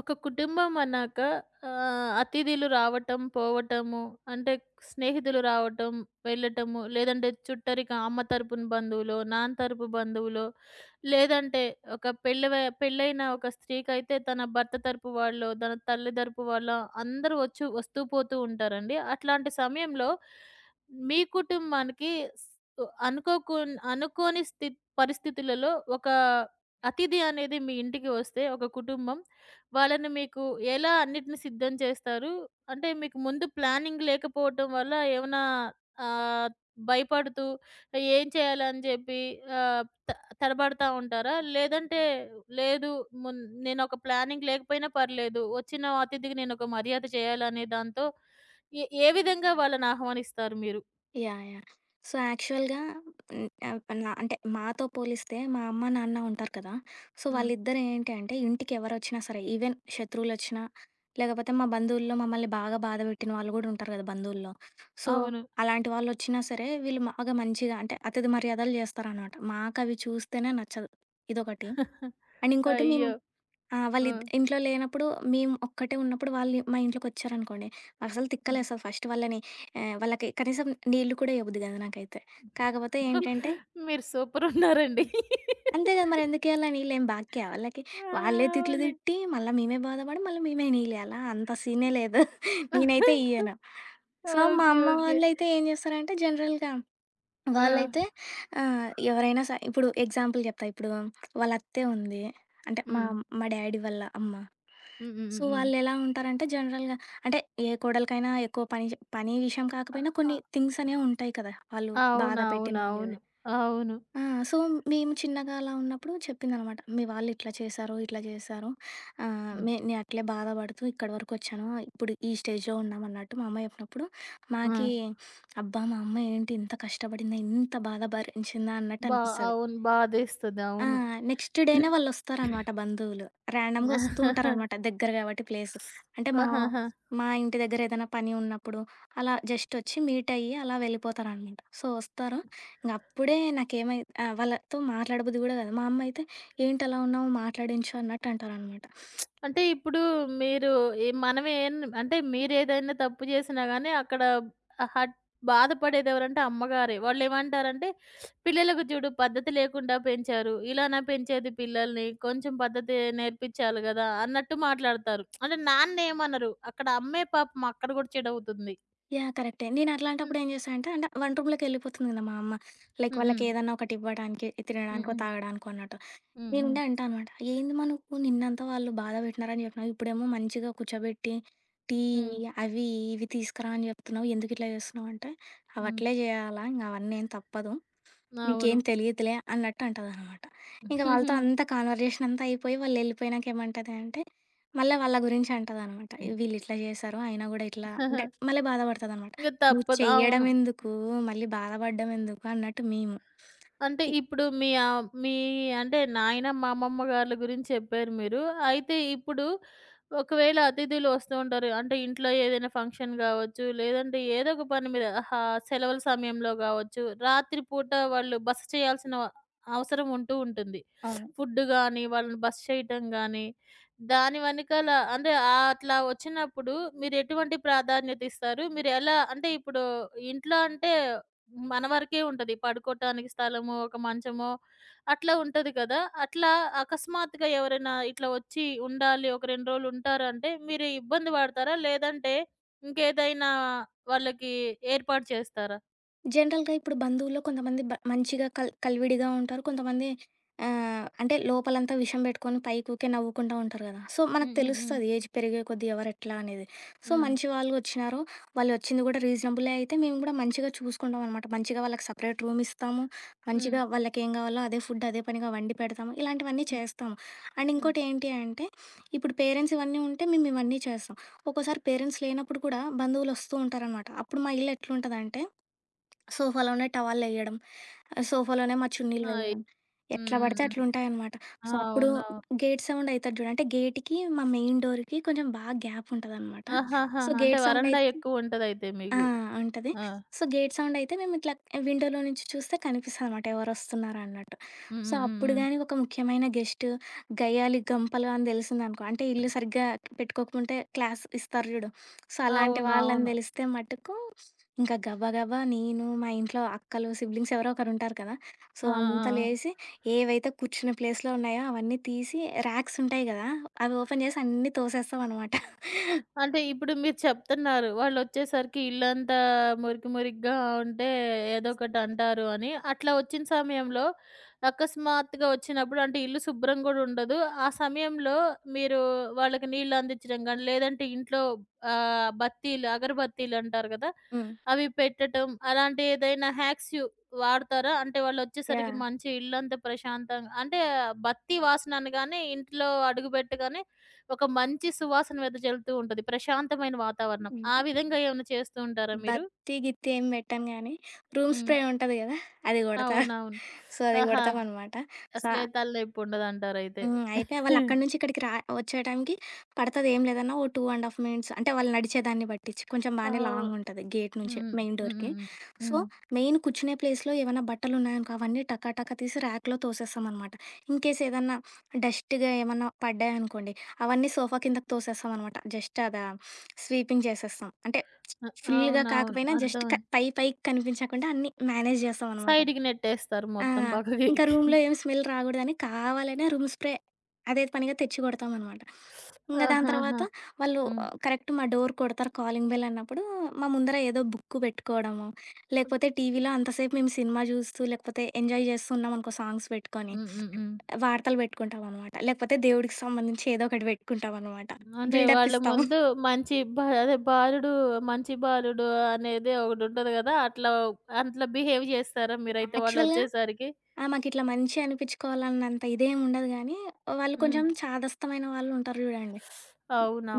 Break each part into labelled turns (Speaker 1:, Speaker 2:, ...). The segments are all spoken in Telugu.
Speaker 1: ఒక కుటుంబం అన్నాక అతిథులు రావటం, పోవటము, అంటే స్నేహితులు రావటం, వెళ్ళటము, లేదంటే చుట్టరిక అమ్మ తరపున బంధువులో, నాన్న తరపు బంధువులో, లేదంటే ఒక పెళ్ళైన ఒక స్త్రీకైతే తన భర్త తరపు వాళ్ళో, తన తల్లి తరపు వాళ్ళో అందరూ వచ్చి వస్తూ పోతూ ఉంటారండి. అట్లాంటి సమయంలో మీ కుటుంబానికి స్ అనుకోని పరిస్థితులలో ఒక అతిథి అనేది మీ ఇంటికి వస్తే ఒక కుటుంబం వాళ్ళని మీకు ఎలా అన్నిటిని సిద్ధం చేస్తారు? అంటే మీకు ముందు ప్లానింగ్ లేకపోవటం వల్ల ఏమన్నా ఆహ్, భయపడుతూ ఏం చేయాలని చెప్పి ఆహ్, తడబడతా ఉంటారా? లేదంటే లేదు మున్ నేనొక ప్లానింగ్ లేకపోయినా పర్లేదు. వచ్చిన అతిథికి నేనొక మర్యాద చేయాలనే దాంతో ఏ ఏ విధంగా వాళ్ళని ఆహ్వానిస్తారు మీరు?
Speaker 2: యాహ్! యాహ్! సో, యాక్చువల్‌గా హ్మ్, ఆహ్, నా అంటే మాతో పోలిస్తే మా అమ్మ, నాన్న ఉంటారు కదా! సో,
Speaker 1: హ్మ్.
Speaker 2: వాళ్ళిద్దరు ఏంటి అంటే ఇంటికి ఎవరొచ్చినా సరే, ఈవెన్ శత్రువులొచ్చినా, లేకపోతే మా బంధువుల్లో మమ్మల్ని బాగా బాధ పెట్టిన వాళ్ళు గూడా ఉంటారు కదా బంధువుల్లో. సో,
Speaker 1: అవును.
Speaker 2: అలాంటి వాళ్ళొచ్చినా సరే వీళ్ళు బాగా మంచిగా అంటే అతిథి మర్యాదలు చేస్తారనమాట. మాకవి చూస్తేనే నచ్చదు. ఇదొకటి. అండ్ ఇంకోటి మేము
Speaker 1: అయ్యో!
Speaker 2: ఆ!
Speaker 1: ఆ!
Speaker 2: ఇంట్లో లేనప్పుడు మేము ఒక్కటే ఉన్నప్పుడు వాళ్ళు మా ఇంట్లోకొచ్చారనుకోండి, అసలు తిక్కలేస్తది ఫస్ట్ వాళ్ళని వాళ్ళకి కనీసం నీళ్ళు కూడా ఇవ్వబుద్ది కాదు నాకైతే. కాకపోతే ఏంటంటే
Speaker 1: మీరు సూపరున్నారండి.
Speaker 2: అంతే కదా! మరెందుకియ్యాల నీళ్ళు? ఏం బాక్కీయా వాళ్ళకి?
Speaker 1: ఆ!
Speaker 2: వాళ్ళే తిట్లు
Speaker 1: అవును.
Speaker 2: తిట్టి, మళ్ళా మేమే బాధపడి, మళ్ళీ మేమే నీళ్ళియ్యాలా? అంత సీనే లేదు. నేనైతే ఇయ్యను. సో, మా
Speaker 1: ఓకే.
Speaker 2: అమ్మ
Speaker 1: ఓకే.
Speaker 2: వాళ్ళైతే ఏం చేస్తారంటే జనరల్‌గా
Speaker 1: ఆ!
Speaker 2: వాళ్ళైతే ఎవరైనా ఇప్పుడు ఎగ్జాంపుల్ చెప్తా. ఇప్పుడు వాళ్ళ అత్తే ఉంది. అంటే మా
Speaker 1: హ్మ్.
Speaker 2: హ్మ్. మా డ్యాడీ వాళ్ళ అమ్మ.
Speaker 1: హ్మ్. హ్మ్.
Speaker 2: సో,
Speaker 1: హ్మ్. హ్మ్.
Speaker 2: వాళ్ళెలా ఉంటారంటే జనరల్‌గా అంటే ఏ కోడలికైనా ఎక్కువ పని పని విషయం కాకపోయినా
Speaker 1: ఆ!
Speaker 2: కొన్ని థింగ్స్ అనేవి ఉంటాయి కదా! వాళ్ళు బాధ అవును. పెట్టినవి.
Speaker 1: అవునవునవును. అవును.
Speaker 2: ఆ! సో, మేము చిన్నగా అలా ఉన్నప్పుడు చెప్పిందనమాట. మీ వాళ్ళు ఇట్లా చేశారు, ఇట్లా చేశారు. ఆహ్,
Speaker 1: హ్మ్.
Speaker 2: నే నేను అట్లే బాధపడుతూ ఇక్కడి వరకు వచ్చాను. ఇప్పుడు ఈ స్టేజ్‌లో ఉన్నామన్నట్టు మా అమ్మ చెప్పినప్పుడు,
Speaker 1: ఆ!
Speaker 2: మాకి అబ్బా! మా అమ్మ ఏంటి ఇంత కష్టపడిందా, ఇంత బాధ భరించిందా అన్నట్టు
Speaker 1: బా
Speaker 2: అనిపిస్తది.
Speaker 1: అవును. బాధేస్తది.
Speaker 2: ఆ!
Speaker 1: అవును.
Speaker 2: నెక్స్ట్ డేనే వాళ్ళొస్తారనమాట బంధువులు. ర్యాండమ్‌గా వస్తూ ఉంటారనమాట దగ్గర గాబట్టి ప్లేసు. అంటే మా
Speaker 1: ఆహాహా!
Speaker 2: మా ఇంటి దగ్గర ఏదైనా పని ఉన్నప్పుడు, అలా జస్ట్ ఒచ్చి మీటయ్యి అలా వెళ్ళిపోతారనమాట. సో, వస్తారు. ఇంగప్పుడే నాకేమై వాళ్ళతో మాట్లాడబుద్ది గూడా గాదు. మా అమ్మయితే "ఏంటలా ఉన్నావు మాట్లాడించు" అన్నట్టు అంటారనమాట.
Speaker 1: అంటే ఇప్పుడు మీరు ఈ మనమేం అంటే మీరేదైనా తప్పు చేసినా గానీ అక్కడ హట్ బాధపడేదెవరంటే అమ్మగారే. వాళ్ళేమంటారంటే, "పిల్లలకు చూడు పద్ధతి లేకుండా పెంచారు. ఇలానా పెంచేది పిల్లల్ని? కొంచెం పద్ధతి నేర్పించాలి గదా!" అన్నట్టు మాట్లాడతారు. అంటే నాన్నేమనరు. అక్కడ అమ్మే పాపం అక్కడ గూడా చెడవుతుంది.
Speaker 2: యాహ్! కరెక్టే.
Speaker 1: హ్మ్.
Speaker 2: నేనట్లాంటప్పుడు ఏం జేశా అంటే, అంటే వంట రూమ్‌లోకెళ్ళిపోతుంది గదా మా అమ్మ. లైక్
Speaker 1: హ్మ్. హ్మ్.
Speaker 2: వాళ్ళకేదన్నా ఒకటివ్వడానికో,
Speaker 1: హ్మ్.
Speaker 2: తినడానికో,
Speaker 1: హ్మ్.
Speaker 2: తాగడానికో అన్నట్టు.
Speaker 1: హ్మ్.
Speaker 2: నేనుండే అంటా అనమాట. "ఏంది మా నువ్వు నిన్నంతా వాళ్ళు బాధ పెట్టినారని చెప్పినావు. ఇప్పుడేమో మంచిగా కూర్చోబెట్టి టీ
Speaker 1: హ్మ్. హ్మ్.
Speaker 2: అవి ఇవి తీసుకురా అని చెప్తున్నావు. ఎందుకిట్లా చేస్తున్నావు?" అంటే, "అవట్లే చేయాలా ఇంక అవన్నీ ఏం తప్పదు.
Speaker 1: హ్మ్. అవును.
Speaker 2: నీకేం తెలియదులే" అన్నట్టు అంటదనమాట. ఇంక వాళ్ళతో అంతా కాన్వర్జేషన్ అంతా అయిపోయి వాళ్ళెళ్ళిపోయినాక ఏమంటది అంటే, మళ్ళా వాళ్ళ గురించి అంటదనమాట. "వీళ్ళిట్లా చేశారు. అయినా కూడా ఇట్లా" అంటే మళ్ళీ బాధపడతదనమాట.
Speaker 1: ఇంక
Speaker 2: "నువ్వు
Speaker 1: తప్పదు. అవును.
Speaker 2: చెయ్యడం ఎందుకు? మళ్ళీ బాధపడడం ఎందుకు?" అన్నట్టు మేము.
Speaker 1: అంటే
Speaker 2: ఇ
Speaker 1: ఇప్పుడు మీ మీ అంటే నాయనమ్మ, అమ్మమ్మ గార్ల గురించి చెప్పారు మీరు. అయితే ఇప్పుడు ఒకవేళ అతిథులు వస్తూ ఉంటారు. అంటే ఇంట్లో ఏదైనా ఫంక్షన్ గావచ్చు, లేదంటే ఏదో ఒక పని మీద సెలవుల సమయంలో గావచ్చు, రాత్రి పూట వాళ్ళు బస చేయాల్సిన అవసరం ఉంటూ ఉంటుంది.
Speaker 2: అవును.
Speaker 1: ఫుడ్ గానీ, వాళ్ళని బస చేయటం గానీ, దాని వెనకాల అంటే అట్లా వచ్చినప్పుడు మీరెటువంటి ప్రాధాన్యత ఇస్తారు? మీరెలా అంటే ఇప్పుడు ఇంట్లో అంటే మన వరకే ఉంటది. పడుకోటానికి స్థలము, ఒక మంచమో అట్లా ఉంటది కదా! అట్లా అకస్మాత్తుగా ఎవరైనా ఇట్లా వచ్చి ఉండాలి, ఒక 2 రోజులు ఉంటారంటే మీరు ఇబ్బంది పడతారా? లేదంటే ఇంకేదైనా వాళ్ళకి ఏర్పాటు చేస్తారా?
Speaker 2: జనరల్‌గా ఇప్పుడు బంధువుల్లో కొంతమంది మంచిగా కలివిడిగా ఉంటారు. కొంతమంది అంటే లోపలంతా విషం పెట్టుకొని పైకి ఊకే నవ్వుకుంటా ఉంటారు కదా! సో, మనకు
Speaker 1: హ్మ్. హ్మ్.
Speaker 2: తెలుస్తది ఏజ్ పెరిగే కొద్దీ ఎవరెట్లా అనేది. సో,
Speaker 1: హ్మ్.
Speaker 2: మంచి వాళ్ళు వచ్చినారు. వాళ్ళు వచ్చింది కూడా రీజనబులే అయితే మేము కూడా మంచిగా చూసుకుంటాం అనమాట. మంచిగా వాళ్ళకి సెపరేట్ రూమ్ ఇస్తాము.
Speaker 1: హ్మ్.
Speaker 2: మంచిగా వాళ్ళకేం కావాలో అదే ఫుడ్ అదే పనిగా వండి పెడతాము. ఇలాంటివన్నీ
Speaker 1: హ్మ్. హ్మ్.
Speaker 2: చేస్తాము. అండ్
Speaker 1: హ్మ్.
Speaker 2: ఇంకోటి ఏంటి అంటే ఇప్పుడు పేరెంట్స్ ఇవన్నీ ఉంటే మేము ఇవన్నీ చేస్తాం. ఒక్కోసారి పేరెంట్స్ లేనప్పుడు కూడా బంధువులు వస్తూ ఉంటారనమాట. అప్పుడు మా ఇల్లు ఎట్లుంటదంటే సోఫాలోనే టవలెయ్యడం. సోఫాలోనే మా చున్నీలు
Speaker 1: అయి
Speaker 2: వెయ్యడం.
Speaker 1: హ్మ్.
Speaker 2: ఎట్లా
Speaker 1: హ్మ్.
Speaker 2: పడితే
Speaker 1: హ్మ్.
Speaker 2: అట్లుంటాయనమాట.
Speaker 1: ఆ!
Speaker 2: సో, అప్పుడు
Speaker 1: అవునవును.
Speaker 2: గేట్ సౌండ్ అయితది జూడు. అంటే గేట్‌కి మా మెయిన్ డోర్‌కి కొంచెం బాగా గ్యాప్ ఉంటదనమాట.
Speaker 1: ఆహాహా!
Speaker 2: సో,
Speaker 1: అంటే
Speaker 2: గేట్ సౌండ్ అయి
Speaker 1: వరండా ఎక్కువుంటదయితే
Speaker 2: ఆ!
Speaker 1: మీకు.
Speaker 2: ఉంటది.
Speaker 1: ఆ!
Speaker 2: సో, గేట్ సౌండయితే మేమిట్లా విండోలో నుంచి చూస్తే కనిపిస్తదనమాట ఎవరొస్తున్నారా అన్నట్టు.
Speaker 1: హ్మ్.
Speaker 2: సో,
Speaker 1: హ్మ్. హ్మ్.
Speaker 2: అప్పుడు
Speaker 1: హ్మ్.
Speaker 2: గాని ఒక ముఖ్యమైన గెస్ట్ గయ్యాళి గంపలు అని తెలిసిందనుకో అంటే ఇల్లు సరిగ్గా పెట్టుకోకముంటే క్లాస్ ఇస్తారు జూడు. సో, అలాంటి వాళ్ళని
Speaker 1: అవునవును.
Speaker 2: దెలిస్తే మటుకు ఇంకా గబా గబా నేను, మా ఇంట్లో అక్కలు, సిబ్లింగ్స్ ఎవరో ఒకరుంటారు కదా! సో,
Speaker 1: ఆ!
Speaker 2: అంతా
Speaker 1: ఆ!
Speaker 2: లేసి ఏవైతే కూర్చునే ప్లేస్‌లో ఉన్నాయో అవన్నీ తీసి ర్యాక్సుంటాయి గదా! అవి ఓపెన్ జేసి అన్నీ తోసేస్తామనమాట.
Speaker 1: అంటే ఇప్పుడు మీరు చెప్తున్నారు. వాళ్ళొచ్చేసరికి ఇల్లంతా మురికి మురికిగా ఉంటే ఏదో ఒకటి అంటారు అని. అట్లా వచ్చిన సమయంలో అకస్మాత్తుగా వచ్చినప్పుడు అంటే ఇల్లు శుభ్రం గూడా ఉండదు. ఆ సమయంలో మీరు వాళ్ళకి నీళ్ళు అందించడం గాని, లేదంటే ఇంట్లో బత్తీలు, అగరబత్తీలు అంటారు గదా!
Speaker 2: హ్మ్.
Speaker 1: అవి పెట్టటం అలాంటి ఏదైనా హ్యాక్స్ వాడతారా? అంటే వాళ్ళొచ్చేసరికి
Speaker 2: యాహ్!
Speaker 1: మంచి ఇల్లంతా ప్రశాంతంగా అంటే బత్తీ వాసన అనగానే ఇంట్లో అడుగు పెట్టగానే ఒక మంచి సువాసన వెదజల్లుతూ ఉంటది. ప్రశాంతమైన వాతావరణం. ఆ
Speaker 2: హ్మ్.
Speaker 1: విధంగా ఏమైనా చేస్తూ ఉంటారా మీరు?
Speaker 2: బత్తి, గిత్తి ఏం పెట్టను గానీ, రూమ్
Speaker 1: హ్మ్.
Speaker 2: స్ప్రే ఉంటది గదా! అది గొడతా.
Speaker 1: అవునవును.
Speaker 2: సో, అది
Speaker 1: ఆహా!
Speaker 2: గొడతామనమాట. సో
Speaker 1: అసలే తలనొప్పుండదంటారయితే.
Speaker 2: హ్మ్. అయితే వాళ్ళక్కడి నుంచి ఇక్కడికి వచ్చే టైంకి పడతది ఏం లేదన్నా ఓ 2½ ½ మినిట్స్ అంటే వాళ్ళు నడిచేదాన్ని బట్టిచ్చి. కొంచెం బానే
Speaker 1: అవును.
Speaker 2: లాంగుంటది గేట్ నుంచి
Speaker 1: హ్మ్.
Speaker 2: మెయిన్
Speaker 1: హ్మ్.
Speaker 2: డోర్‌కి.
Speaker 1: హ్మ్. హ్మ్.
Speaker 2: సో,
Speaker 1: హ్మ్.
Speaker 2: మెయిన్ కూర్చునే ప్లేస్‌లో ఏవన్నా బట్టలున్నాయనుకో అవన్నీ టకా టకా తీసి ర్యాక్‌లో తోసేస్తామనమాట. ఇన్‌కేస్ ఏదన్నా డస్ట్‌గా ఏమన్నా పడ్డాయనుకోండి, అవన్నీ సోఫా కిందకి తోసేస్తామనమాట. జస్ట్ అదా స్వీపింగ్ చేసేస్తాం. అంటే
Speaker 1: అ
Speaker 2: ఫుల్‌గా
Speaker 1: అవునవును.
Speaker 2: కాకపోయినా జస్ట్ పై పైకి కనిపించకుండా అన్నీ మేనేజ్ చేస్తామనమాట.
Speaker 1: సైడ్‌కి నెట్టేస్తారు
Speaker 2: ఆ!
Speaker 1: మొత్తం పక్కకి.
Speaker 2: ఇంకా రూమ్‌లో ఏం స్మెల్ రాగూడదని కావాలనే రూమ్ స్ప్రే అదే పనిగా తెచ్చి కొడతామనమాట. ఇంగా దాని
Speaker 1: ఆహాహా!
Speaker 2: తర్వాత వాళ్ళు
Speaker 1: హ్మ్.
Speaker 2: కరెక్ట్ మా డోర్ కొడతారు కాలింగ్ బెల్ అన్నప్పుడు మా ముందర ఏదో బుక్కు పెట్టుకోవడము, లేకపోతే టీవీలో అంతసేపు మేము సినిమా చూస్తూ లేకపోతే ఎంజాయ్ చేస్తూ ఉన్నామనుకో సాంగ్స్ పెట్టుకొని,
Speaker 1: హ్మ్. హ్మ్. హ్మ్.
Speaker 2: వార్తలు పెట్టుకుంటామనమాట. లేకపోతే దేవుడికి సంబంధించి ఏదో ఒకటి పెట్టుకుంటామనమాట.
Speaker 1: అంటే
Speaker 2: బిల్డప్
Speaker 1: వాళ్ళ
Speaker 2: ఇస్తాం.
Speaker 1: ముందు మంచి బా అదే బాలుడు, మంచి బాలుడు అనేది ఒకటుంటది గదా! అట్లా అట్లా బిహేవ్ చేస్తారా మీరైతే
Speaker 2: యాక్చువల్‌గా
Speaker 1: వాళ్ళొచ్చేసరికి?
Speaker 2: ఆ! మాకిట్లా మంచి అనిపిచ్చుకోవాలన్నంత ఇదేం ఉండదు గానీ, వాళ్ళు
Speaker 1: హ్మ్.
Speaker 2: కొంచెం చాదస్తమైన వాళ్ళు ఉంటారు జూడండి.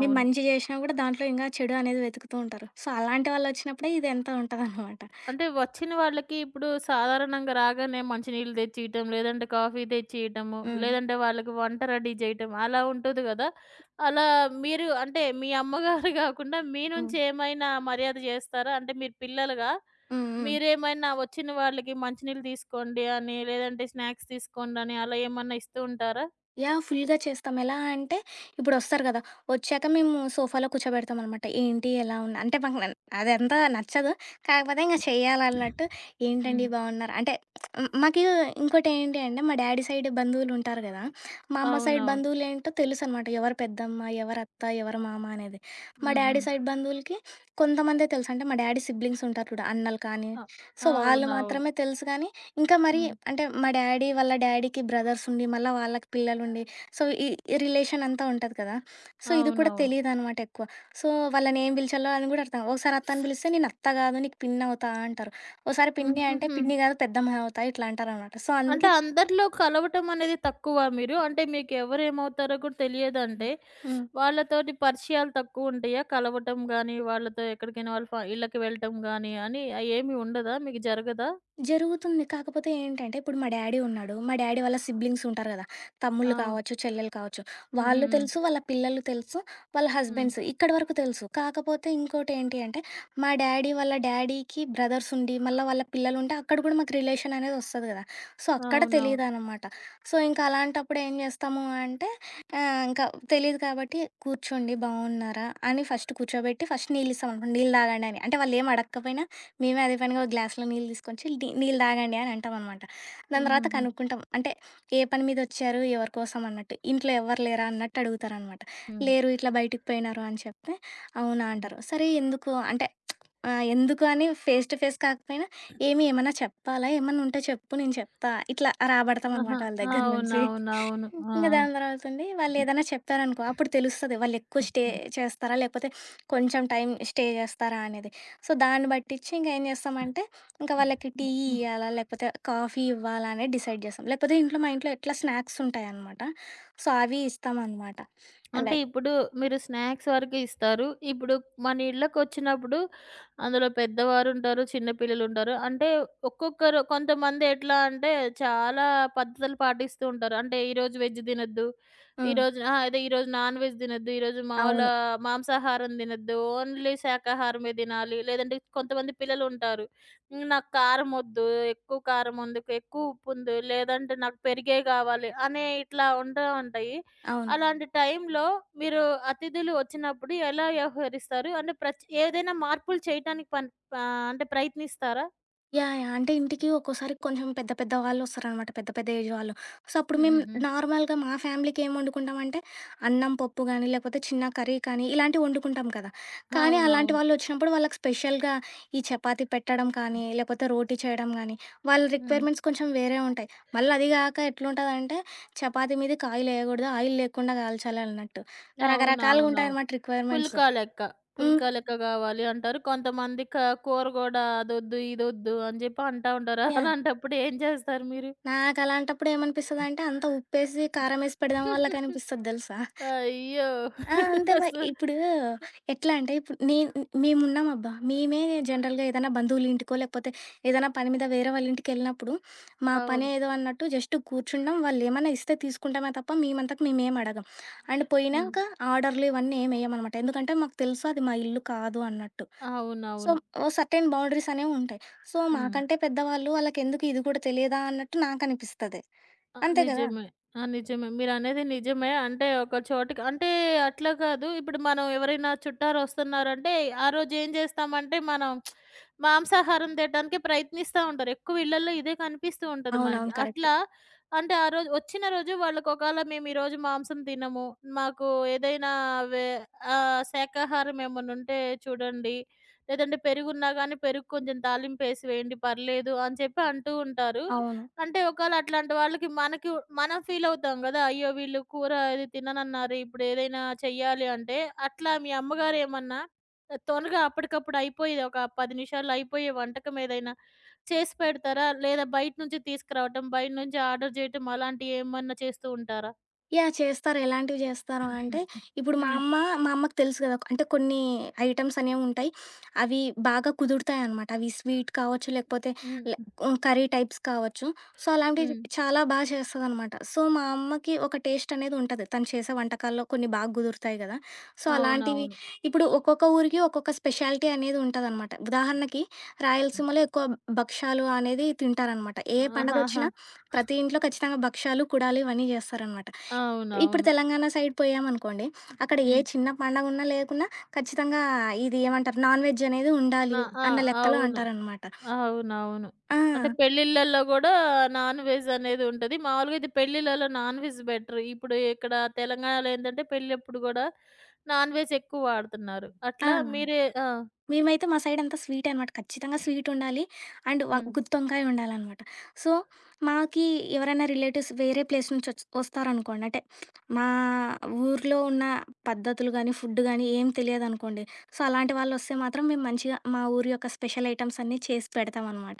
Speaker 2: మేము మంచి జేషినా గూడా దాంట్లో ఇంగా చెడు అనేది వెతుకుతూ ఉంటారు. సో, అలాంటి వాళ్ళొచ్చినప్పుడే ఇదెంత ఉంటదనమాట.
Speaker 1: అంటే వచ్చిన వాళ్ళకి ఇప్పుడు సాధారణంగా రాగానే మంచినీళ్ళు తెచ్చియటం, లేదంటే కాఫీ తెచ్చియటము,
Speaker 2: హ్మ్.
Speaker 1: లేదంటే వాళ్ళకి వంట రెడీ చేయటం అలా ఉంటది గదా! అలా మీరు అంటే మీ అమ్మగారు గాకుండా మీ
Speaker 2: హ్మ్.
Speaker 1: నుంచి ఏమైనా మర్యాద జేస్తారా? అంటే మీరు పిల్లలుగా
Speaker 2: హ్మ్. హ్మ్.
Speaker 1: మీరేమైనా వచ్చిన వాళ్ళకి మంచినీళ్ళు తీసుకోండి అని, లేదంటే స్నాక్స్ తీసుకోండి అని అలా ఏమన్నా ఇస్తూ ఉంటారా?
Speaker 2: యాహ్! ఫుల్‌గా చేస్తాం. ఎలా అంటే ఇప్పుడొస్తారు గదా! వచ్చాక మేము సోఫాలో కూర్చోబెడతామనమాట. ఏంటి? ఎలా ఉన్నా? అంటే మాకు నన్ అదంతా నచ్చదు. కాకపోతే ఇంక చెయ్యాలన్నట్టు ఏంటండి
Speaker 1: హ్మ్.
Speaker 2: హ్మ్. బాగున్నారు? అంటే మ్, మాకు ఇంకోటేంటి అంటే మా డాడీ సైడ్ బంధువులుంటారు గదా! మా అమ్మ సైడ్ అవును.
Speaker 1: అవునవును.
Speaker 2: బంధువులేంటో తెలుసనమాట. ఎవరు పెద్దమ్మ, ఎవరు అత్త, ఎవరు మామ అనేది. మా
Speaker 1: హ్మ్.
Speaker 2: డాడీ
Speaker 1: హ్మ్.
Speaker 2: సైడ్ బంధువులకి కొంతమందే తెలుసు. అంటే మా డాడీ సిబ్లింగ్స్ ఉంటారు చూడు అన్నలు కానీ,
Speaker 1: అ
Speaker 2: సో, వాళ్ళు అవును.
Speaker 1: అవునవును.
Speaker 2: మాత్రమే తెలుసు గానీ ఇంకా మరి
Speaker 1: హ్మ్.
Speaker 2: అంటే మా డ్యాడీ వాళ్ళ డ్యాడీకి బ్రదర్స్ ఉండి, మళ్ళా వాళ్ళకి పిల్లలుండి, సో, ఈ ఈ రిలేషన్ అంతా ఉంటది కదా! సో, ఇది కూడా
Speaker 1: అవునవును.
Speaker 2: తెలీదనమాట ఎక్కువ. సో, వాళ్ళని ఏం పిలిచాలో అని గూడా అర్థం ఒకసారి అత్త అని పిలిస్తే నేను అత్త గాదు, నీకు పిన్నవుతా అంటారు. ఓసారి పిన్ని అంటే
Speaker 1: హుహుహు.
Speaker 2: పిన్ని గాదు పెద్దమ్మ అవుతా ఇట్లా అంటారనమాట. సో, అందుకే
Speaker 1: అంటే అందరిలో కలవటం అనేది తక్కువ మీరు? అంటే మీకెవరు ఏమవుతారో కూడా తెలియదంటే,
Speaker 2: హ్మ్.
Speaker 1: వాళ్ళతోటి పరిచయాలు తక్కువుంటాయా? కలవటం గానీ, వాళ్ళతో ఎక్కడికైనా వాళ్ళ ఇళ్ళకి వెళ్ళటం గానీ అని అయేమి ఉండదా? మీకు జరగదా?
Speaker 2: జరుగుతుంది. కాకపోతే ఏంటంటే, ఇప్పుడు మా డ్యాడీ ఉన్నాడు. మా డ్యాడీ వాళ్ళ సిబ్లింగ్స్ ఉంటారు గదా! తమ్ముళ్ళు
Speaker 1: అవును.
Speaker 2: కావచ్చు, చెల్లెలు కావచ్చు.
Speaker 1: హ్మ్. హ్మ్.
Speaker 2: వాళ్ళు
Speaker 1: హ్మ్.
Speaker 2: తెలుసు, వాళ్ళ పిల్లలు తెలుసు, వాళ్ళ
Speaker 1: హ్మ్.
Speaker 2: హస్బెండ్స్ ఇక్కడి వరకు తెలుసు. కాకపోతే ఇంకోటేంటి అంటే, మా డ్యాడీ వాళ్ళ డ్యాడీకి బ్రదర్స్ ఉండి, మళ్ళా వాళ్ళ పిల్లలుంటే అక్కడ గూడా మాకు రిలేషన్ అనేది ఒస్తది గదా! సో, అక్కడ
Speaker 1: అవునవును.
Speaker 2: తెలీదనమాట. సో, ఇంక అలాంటప్పుడు ఏం జేస్తాము అంటే, ఇంకా తెలీదు కాబట్టి కూర్చోండి బావున్నారా? అని ఫస్ట్ కూర్చోబెట్టి, ఫస్ట్ నీళ్ళిస్తామనుకోండి, నీళ్ళు తాగండని. అంటే వాళ్ళేం అడక్కపోయినా మేమే అదే పనిగా ఒక గ్లాస్‌లో నీళ్ళు తీసుకొచ్చి నీళ్ళు తాగండి అని అంటామనమాట. దాని తర్వాత
Speaker 1: హుహుహు.
Speaker 2: కనుక్కుంటాం. అంటే ఏ పని మీద వచ్చారు? ఎవరి కోసం అన్నట్టు. ఇంట్లో ఎవ్వరు లేరా? అన్నట్టు అడుగుతారనమాట.
Speaker 1: హ్మ్.
Speaker 2: లేరు ఇట్లా బయటికి పోయినారు అని చెప్తే, అవునా
Speaker 1: హ్మ్.
Speaker 2: అంటారు. సరే ఎందుకు? అంటే ఎందుకు అని ఫేస్ టు ఫేస్ కాకపోయినా ఏమన్నా చెప్పాలా? ఏమన్నా ఉంటే చెప్పు నేను చెప్తా. ఇట్లా
Speaker 1: ఆహా!
Speaker 2: రాబడతామనమాట వాళ్ళ దగ్గర నుంచి.
Speaker 1: అవునవునవును. ఆ!
Speaker 2: ఇంక దాని తర్వాతండి వాళ్ళేదన్నా చెప్పారనుకో, అప్పుడు తెలుస్తది వాళ్ళెక్కువ స్టే
Speaker 1: హ్మ్.
Speaker 2: చేస్తారా? లేకపోతే కొంచెం టైం స్టే చేస్తారా అనేది. సో, దాన్ని బట్టిచ్చి ఇంకేం చేస్తామంటే, ఇంకా వాళ్ళకి టీ
Speaker 1: హ్మ్.
Speaker 2: ఇయ్యాలా? లేకపోతే కాఫీ ఇవ్వాలా? అనేది డిసైడ్ చేస్తాం. లేకపోతే ఇంట్లో మా ఇంట్లో ఎట్లా స్నాక్సుంటాయనమాట. సో, అవి ఇస్తామనమాట.
Speaker 1: అంటే
Speaker 2: లైక్
Speaker 1: ఇప్పుడు మీరు స్నాక్స్ వరకు ఇస్తారు. ఇప్పుడు మన ఇళ్ళకొచ్చినప్పుడు అందులో పెద్దవారుంటారు, చిన్న పిల్లలుంటారు. అంటే ఒక్కొక్కరు కొంతమంది ఎట్లా అంటే చాలా పద్ధతులు పాటిస్తూ ఉంటారు. అంటే ఈరోజు వెజ్ తినొద్దు.
Speaker 2: హ్మ్.
Speaker 1: ఈరోజు అహా! అదే ఈరోజు నాన్ వెజ్ తినొద్దు. ఈరోజు మామూలు
Speaker 2: అవును.
Speaker 1: మాంసాహారం తినొద్దు. ఓన్లీ శాకాహారమే తినాలి. లేదంటే కొంతమంది పిల్లలుంటారు. హ్మ్. నాకు కారం వద్దు. ఎక్కువ కారం ఉంది. ఎక్కువ ఉప్పు ఉంది. లేదంటే నాకు పెరుగే కావాలి అని ఇట్లా ఉంటూ ఉంటాయి.
Speaker 2: అవును.
Speaker 1: అలాంటి టైంలో మీరు అతిథులు వచ్చినప్పుడు ఎలా వ్యవహరిస్తారు? అంటే ఏదైనా మార్పులు చేయటానికి అంటే ప్రయత్నిస్తారా?
Speaker 2: యాహ్! యాహ్! అంటే ఇంటికి ఒక్కోసారి కొంచెం పెద్ద పెద్ద వాళ్ళొస్తారనమాట. పెద్ద పెద్ద ఏజ్ వాళ్ళు. సో, అప్పుడు
Speaker 1: హ్మ్.
Speaker 2: మేము
Speaker 1: హ్మ్. హ్మ్.
Speaker 2: నార్మల్‌గా మా ఫ్యామిలీకి ఏం వండుకుంటామంటే, అన్నం, పప్పు గానీ, లేకపోతే చిన్న కర్రీ కానీ, ఇలాంటివి వండుకుంటాం కదా! కానీ అలాంటి
Speaker 1: అవునవును.
Speaker 2: వాళ్ళొచ్చినప్పుడు వాళ్ళకి స్పెషల్‌గా ఈ చపాతీ పెట్టడం కానీ, లేకపోతే రోటీ చేయడం గానీ, వాళ్ళ
Speaker 1: హ్మ్.
Speaker 2: రిక్వైర్మెంట్స్ కొంచెం వేరే ఉంటాయి. మళ్ళీ అది గాక ఎట్లుంటదంటే, చపాతీ మీదకి ఆయిలెయకూడదు, ఆయిల్ లేకుండా కాల్చాలి అన్నట్టు. రకరకాలుగా
Speaker 1: అవునవునవును.
Speaker 2: ఉంటాయనమాట రిక్వైర్మెంట్స్.
Speaker 1: పుల్కా లెక్క.
Speaker 2: హ్మ్.
Speaker 1: పుల్కా లెక్క గావాలి అంటారు. కొంతమంది కూర గూడా అదొద్దు, ఇదొద్దు అని జెప్పి అంటా ఉంటారు.
Speaker 2: యాహ్!
Speaker 1: అలాంటప్పుడు ఏం చేస్తారు మీరు?
Speaker 2: నాకలాంటప్పుడు ఏమనిపిస్తదంటే, అంతా ఉప్పేసి, కారమేసి పెడదాం వాళ్ళకనిపిస్తది తెలుసా!
Speaker 1: అయ్యో!
Speaker 2: ఆ! అంతే మరి.
Speaker 1: అసలు
Speaker 2: ఇప్పుడు ఎట్లా అంటే, ఇప్పుడు నేను మేమున్నామబ్బా! మేమే జనరల్‌గా ఏదైనా బంధువులింటికో, లేకపోతే ఏదైనా పని మీద వేరే వాళ్ళింటికెళ్ళినప్పుడు, మా
Speaker 1: అవును.
Speaker 2: పనేదో అన్నట్టు జస్ట్ కూర్చుంటాం. వాళ్ళేమన్నా ఇస్తే తీసుకుంటామే తప్ప, మేమంతకు మేమేం అడగం. అండ్
Speaker 1: హ్మ్.
Speaker 2: పోయినాక ఆర్డర్‌లు ఇవన్నీ ఏమెయ్యమనమాట. ఎందుకంటే, మాకు తెలుసు అది మా ఇల్లు కాదు అన్నట్టు. సో,
Speaker 1: అవునవును.
Speaker 2: ఓ సర్టెన్ బౌండరీసనేవుంటాయి. సో,
Speaker 1: హ్మ్.
Speaker 2: మాకంటే పెద్దవాళ్ళు వాళ్ళకెందుకు ఇది కూడా తెలియదా అన్నట్టు నాకనిపిస్తది.
Speaker 1: ఆ!
Speaker 2: అంతే గదా!
Speaker 1: నిజమే. ఆ! నిజమే. మీరనేది నిజమే. అంటే ఒక చోటికి అంటే అట్లా కాదు. ఇప్పుడు మనం ఎవరైనా చుట్టాలొస్తున్నారంటే ఆ రోజు ఏం చేస్తామంటే మనం మాంసాహారం తేటానికి ప్రయత్నిస్తా ఉంటారు. ఎక్కువ ఇళ్లల్లో ఇదే కనిపిస్తూ ఉంటది మనకి.
Speaker 2: అవునవును. కరెక్ట్.
Speaker 1: అట్లా అంటే ఆ రోజు వచ్చిన రోజు వాళ్ళకి ఒకాళ మేము ఈరోజు మాంసం తినము. మాకు ఏదైనా వె శాకాహారం ఏమన్నా ఉంటే చూడండి. లేదంటే పెరుగున్నా గానీ పెరుగు కొంచెం తాలింపేసి వేయండి పర్లేదు అని చెప్పి అంటూ ఉంటారు.
Speaker 2: అవును.
Speaker 1: అంటే ఒకవేళ అట్లాంటి వాళ్ళకి మనకి మనం ఫీల్ అవుతాం గదా! అయ్యో! వీళ్ళు కూర ఇది తిననన్నారు. ఇప్పుడు ఏదైనా చెయ్యాలి అంటే, అట్లా మీ అమ్మగారు ఏమన్నా త్వరగా అప్పటికప్పుడు అయిపోయేది ఒక 10 నిమిషాల్లో అయిపోయే వంటకం ఏదైనా చేసి పెడతారా? లేదా బయట నుంచి తీసుకురావటం, బయట నుంచి ఆర్డర్ చేయటం అలాంటివి ఏమన్నా చేస్తూ ఉంటారా?
Speaker 2: యాహ్! చేస్తారు. ఎలాంటివి జేస్తారు అంటే, ఇప్పుడు
Speaker 1: హ్మ్.
Speaker 2: మా అమ్మకి తెలుసు గదా! అంటే కొన్ని ఐటెమ్స్ అనేవుంటాయి. అవి బాగా కుదురుతాయనమాట. అవి స్వీట్ కావచ్చు, లేకపోతే లే
Speaker 1: హ్మ్.
Speaker 2: హ్మ్, కర్రీ టైప్స్ కావచ్చు. సో, అలాంటివి
Speaker 1: హ్మ్.
Speaker 2: చాలా బా చేస్తదనమాట. సో, మా అమ్మకి ఒక టేస్ట్ అనేది ఉంటది. తను చేసే వంటకాల్లో కొన్ని బాగా కుదురుతాయి గదా! సో, అవును. అలాంటివి
Speaker 1: అవునవును.
Speaker 2: ఇప్పుడు ఒక్కొక్క ఊరికి ఒక్కొక్క స్పెషాలిటీ అనేది ఉంటదనమాట. ఉదాహరణకి రాయలసీమలో ఎక్కువ భక్షాలు అనేది తింటారనమాట. ఏ
Speaker 1: ఆహాహా!
Speaker 2: పండగొచ్చినా ప్రతి ఇంట్లో ఖచ్చితంగా భక్షాలు, కుడాలు ఇవన్నీ జేస్తారనమాట. ఇప్పుడు
Speaker 1: అవునవును.
Speaker 2: తెలంగాణ సైడ్ పోయామనుకోండి, అక్కడ ఏ
Speaker 1: హ్మ్.
Speaker 2: చిన్న పండగున్నా, లేకున్నా ఖచ్చితంగా ఇది ఏమంటారు నాన్ వెజ్ అనేది ఉండాలి
Speaker 1: ఆ!
Speaker 2: అన్న లెక్కలో
Speaker 1: అవును.
Speaker 2: అంటారనమాట.
Speaker 1: అవునవును.
Speaker 2: ఆ!
Speaker 1: అంటే పెళ్ళిళ్ళలో గూడా నాన్‌వెజ్ అనేది ఉంటది. మామూలుగా ఇది పెళ్ళిళ్ళలో నాన్‌వెజ్ బెటర్. ఇప్పుడు ఇక్కడ తెలంగాణలో ఏందంటే పెళ్ళప్పుడు గూడా నాన్‌వెజ్ ఎక్కువ వాడుతున్నారు.
Speaker 2: ఆ!
Speaker 1: అట్లా మీరే ఆ!
Speaker 2: మేమైతే మా సైడ్ అంతా స్వీటే అనమాట. ఖచ్చితంగా స్వీట్ ఉండాలి. అండ్ వ
Speaker 1: హ్మ్.
Speaker 2: గుత్తొంకాయ ఉండాలనమాట. సో, మాకి ఎవరైనా రిలేటివ్స్ వేరే ప్లేస్ నుంచి వస్తారనుకోండి. అంటే మా ఊర్లో ఉన్న పద్ధతులు గానీ, ఫుడ్ గానీ ఏం తెలియదనుకోండి. సో, అలాంటి వాళ్ళొస్తే మాత్రం మేము మంచిగా మా ఊరి యొక్క స్పెషల్ ఐటెమ్స్ అన్నీ చేసి పెడతామనమాట.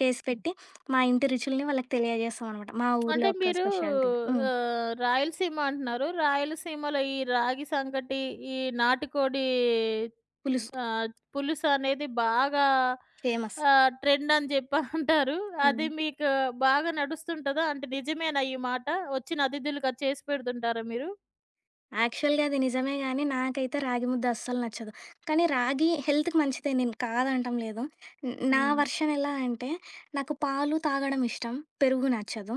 Speaker 2: చేసి పెట్టి మా ఇంటి రుచుల్ని వాళ్ళకి తెలియజేస్తామనమాట. మా ఊర్లో
Speaker 1: అంటే
Speaker 2: యొక్క
Speaker 1: మీరు
Speaker 2: స్పెషాలిటీ. హ్మ్.
Speaker 1: రాయలసీమ అంటున్నారు. రాయలసీమలో ఈ రాగి సంకటి, ఈ నాటుకోడి
Speaker 2: పులుసు
Speaker 1: ఆహ్, పులుసనేది బాగా
Speaker 2: ఫేమస్.
Speaker 1: ట్రెండ్ అని జెప్పి అంటారు.
Speaker 2: హ్మ్.
Speaker 1: అది మీకు బాగా నడుస్తుంటదా? అంటే నిజమేనా ఈ మాట? వచ్చిన అతిథులకి అది చేసి పెడుతుంటారా మీరు?
Speaker 2: యాక్చువల్‌గా అది నిజమే గానీ, నాకైతే రాగి ముద్ద అస్సలు నచ్చదు. కానీ రాగి హెల్త్‌కి మంచిదే నేను కాదంటం లేదు. నా
Speaker 1: హ్మ్.
Speaker 2: వర్షన్ ఎలా అంటే, నాకు పాలు తాగడం ఇష్టం, పెరుగు నచ్చదు.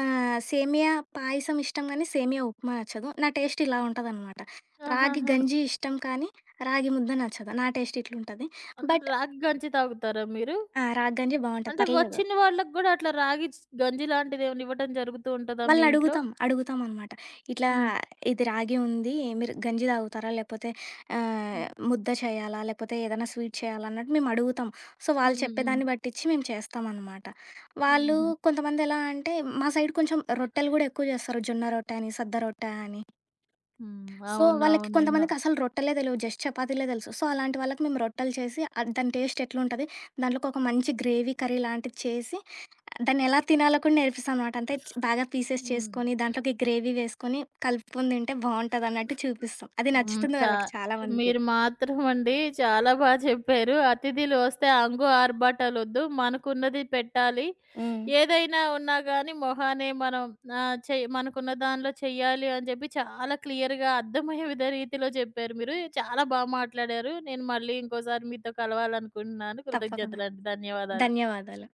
Speaker 2: సేమియా పాయసం ఇష్టం గానీ, సేమియా ఉప్మా నచ్చదు. నా టేస్ట్ ఇలా ఉంటదనమాట. రాగి
Speaker 1: ఆహాహా!
Speaker 2: గంజి ఇష్టం కానీ, రాగి ముద్ద నచ్చదు. నా టేస్ట్ ఇట్లుంటది.
Speaker 1: అంటే
Speaker 2: బట్
Speaker 1: రాగి గంజి తాగుతారా మీరు?
Speaker 2: ఆ! రాగి గంజి బావుంటది
Speaker 1: అంటే
Speaker 2: పర్లేదు.
Speaker 1: వచ్చిన వాళ్ళకి గూడా అట్లా రాగి గంజి లాంటిదేమన్నా ఇవ్వటం జరుగుతూ ఉంటదా మీ ఇంట్లో?
Speaker 2: వాళ్ళనడుగుతాం. అడుగుతామనమాట. ఇట్లా
Speaker 1: హ్మ్.
Speaker 2: ఇది రాగి ఉంది. మీరు గంజి తాగుతారా? లేపోతే ఆహ్,
Speaker 1: హ్మ్.
Speaker 2: ముద్ద చేయాలా? లేపోతే ఏదైనా స్వీట్ చేయాలా? అన్నట్టు మేమడుగుతాం. సో,
Speaker 1: హ్మ్.
Speaker 2: వాళ్ళు
Speaker 1: హ్మ్. హ్మ్.
Speaker 2: చెప్పేదాన్ని బట్టిచ్చి మేము చేస్తామనమాట. వాళ్ళు
Speaker 1: హుహు.
Speaker 2: కొంతమందెలా అంటే, మా సైడ్ కొంచెం రొట్టెలు గూడా ఎక్కువ చేస్తారు. జొన్న రొట్టె అని, సద్ద రొట్టె అని.
Speaker 1: హ్మ్.
Speaker 2: సో, వాళ్ళకి
Speaker 1: అవునవును. విన్నా.
Speaker 2: కొంతమందికసలు రొట్టెలే తెలవు. జస్ట్ చపాతీలే తెలుసు. సో, అలాంటి వాళ్ళకి మేము రొట్టెలు చేసి, అది దాని టేస్ట్ ఎట్లుంటది? దాంట్లోకి ఒక మంచి గ్రేవీ కర్రీ లాంటిది చేసి దాన్నెలా తినాలో కూడా నేర్పిస్తానమాట. అంటే బాగా పీసెస్
Speaker 1: హ్మ్.
Speaker 2: చేసుకొని, దాంట్లోకి గ్రేవీ వేసుకొని, కలుపుకొని తింటే బావుంటదన్నట్టు చూపిస్తాం. అది
Speaker 1: హ్మ్.
Speaker 2: నచ్చుతుంది వాళ్ళకి చాలా మందికి.
Speaker 1: మీరు మాత్రం అండి చాలా బా చెప్పారు. అతిథులు వస్తే అంగు ఆర్భాటాలొద్దు. మనకున్నది పెట్టాలి.
Speaker 2: హ్మ్.
Speaker 1: ఏదైనా ఉన్నా గానీ మొహానే మనం మనకున్న దానిలో చెయ్యాలి అని చెప్పి చాలా క్లియర్‌గా అర్థమయ్యే విధ రీతిలో చెప్పారు మీరు. చాలా బా మాట్లాడారు. నేను మళ్ళీ ఇంకోసారి మీతో కలవాలనుకుంటున్నాను.
Speaker 2: తప్పకుండా.
Speaker 1: కృతజ్ఞతలండి. ధన్యవాదాలు.
Speaker 2: ధన్యవాదాలు.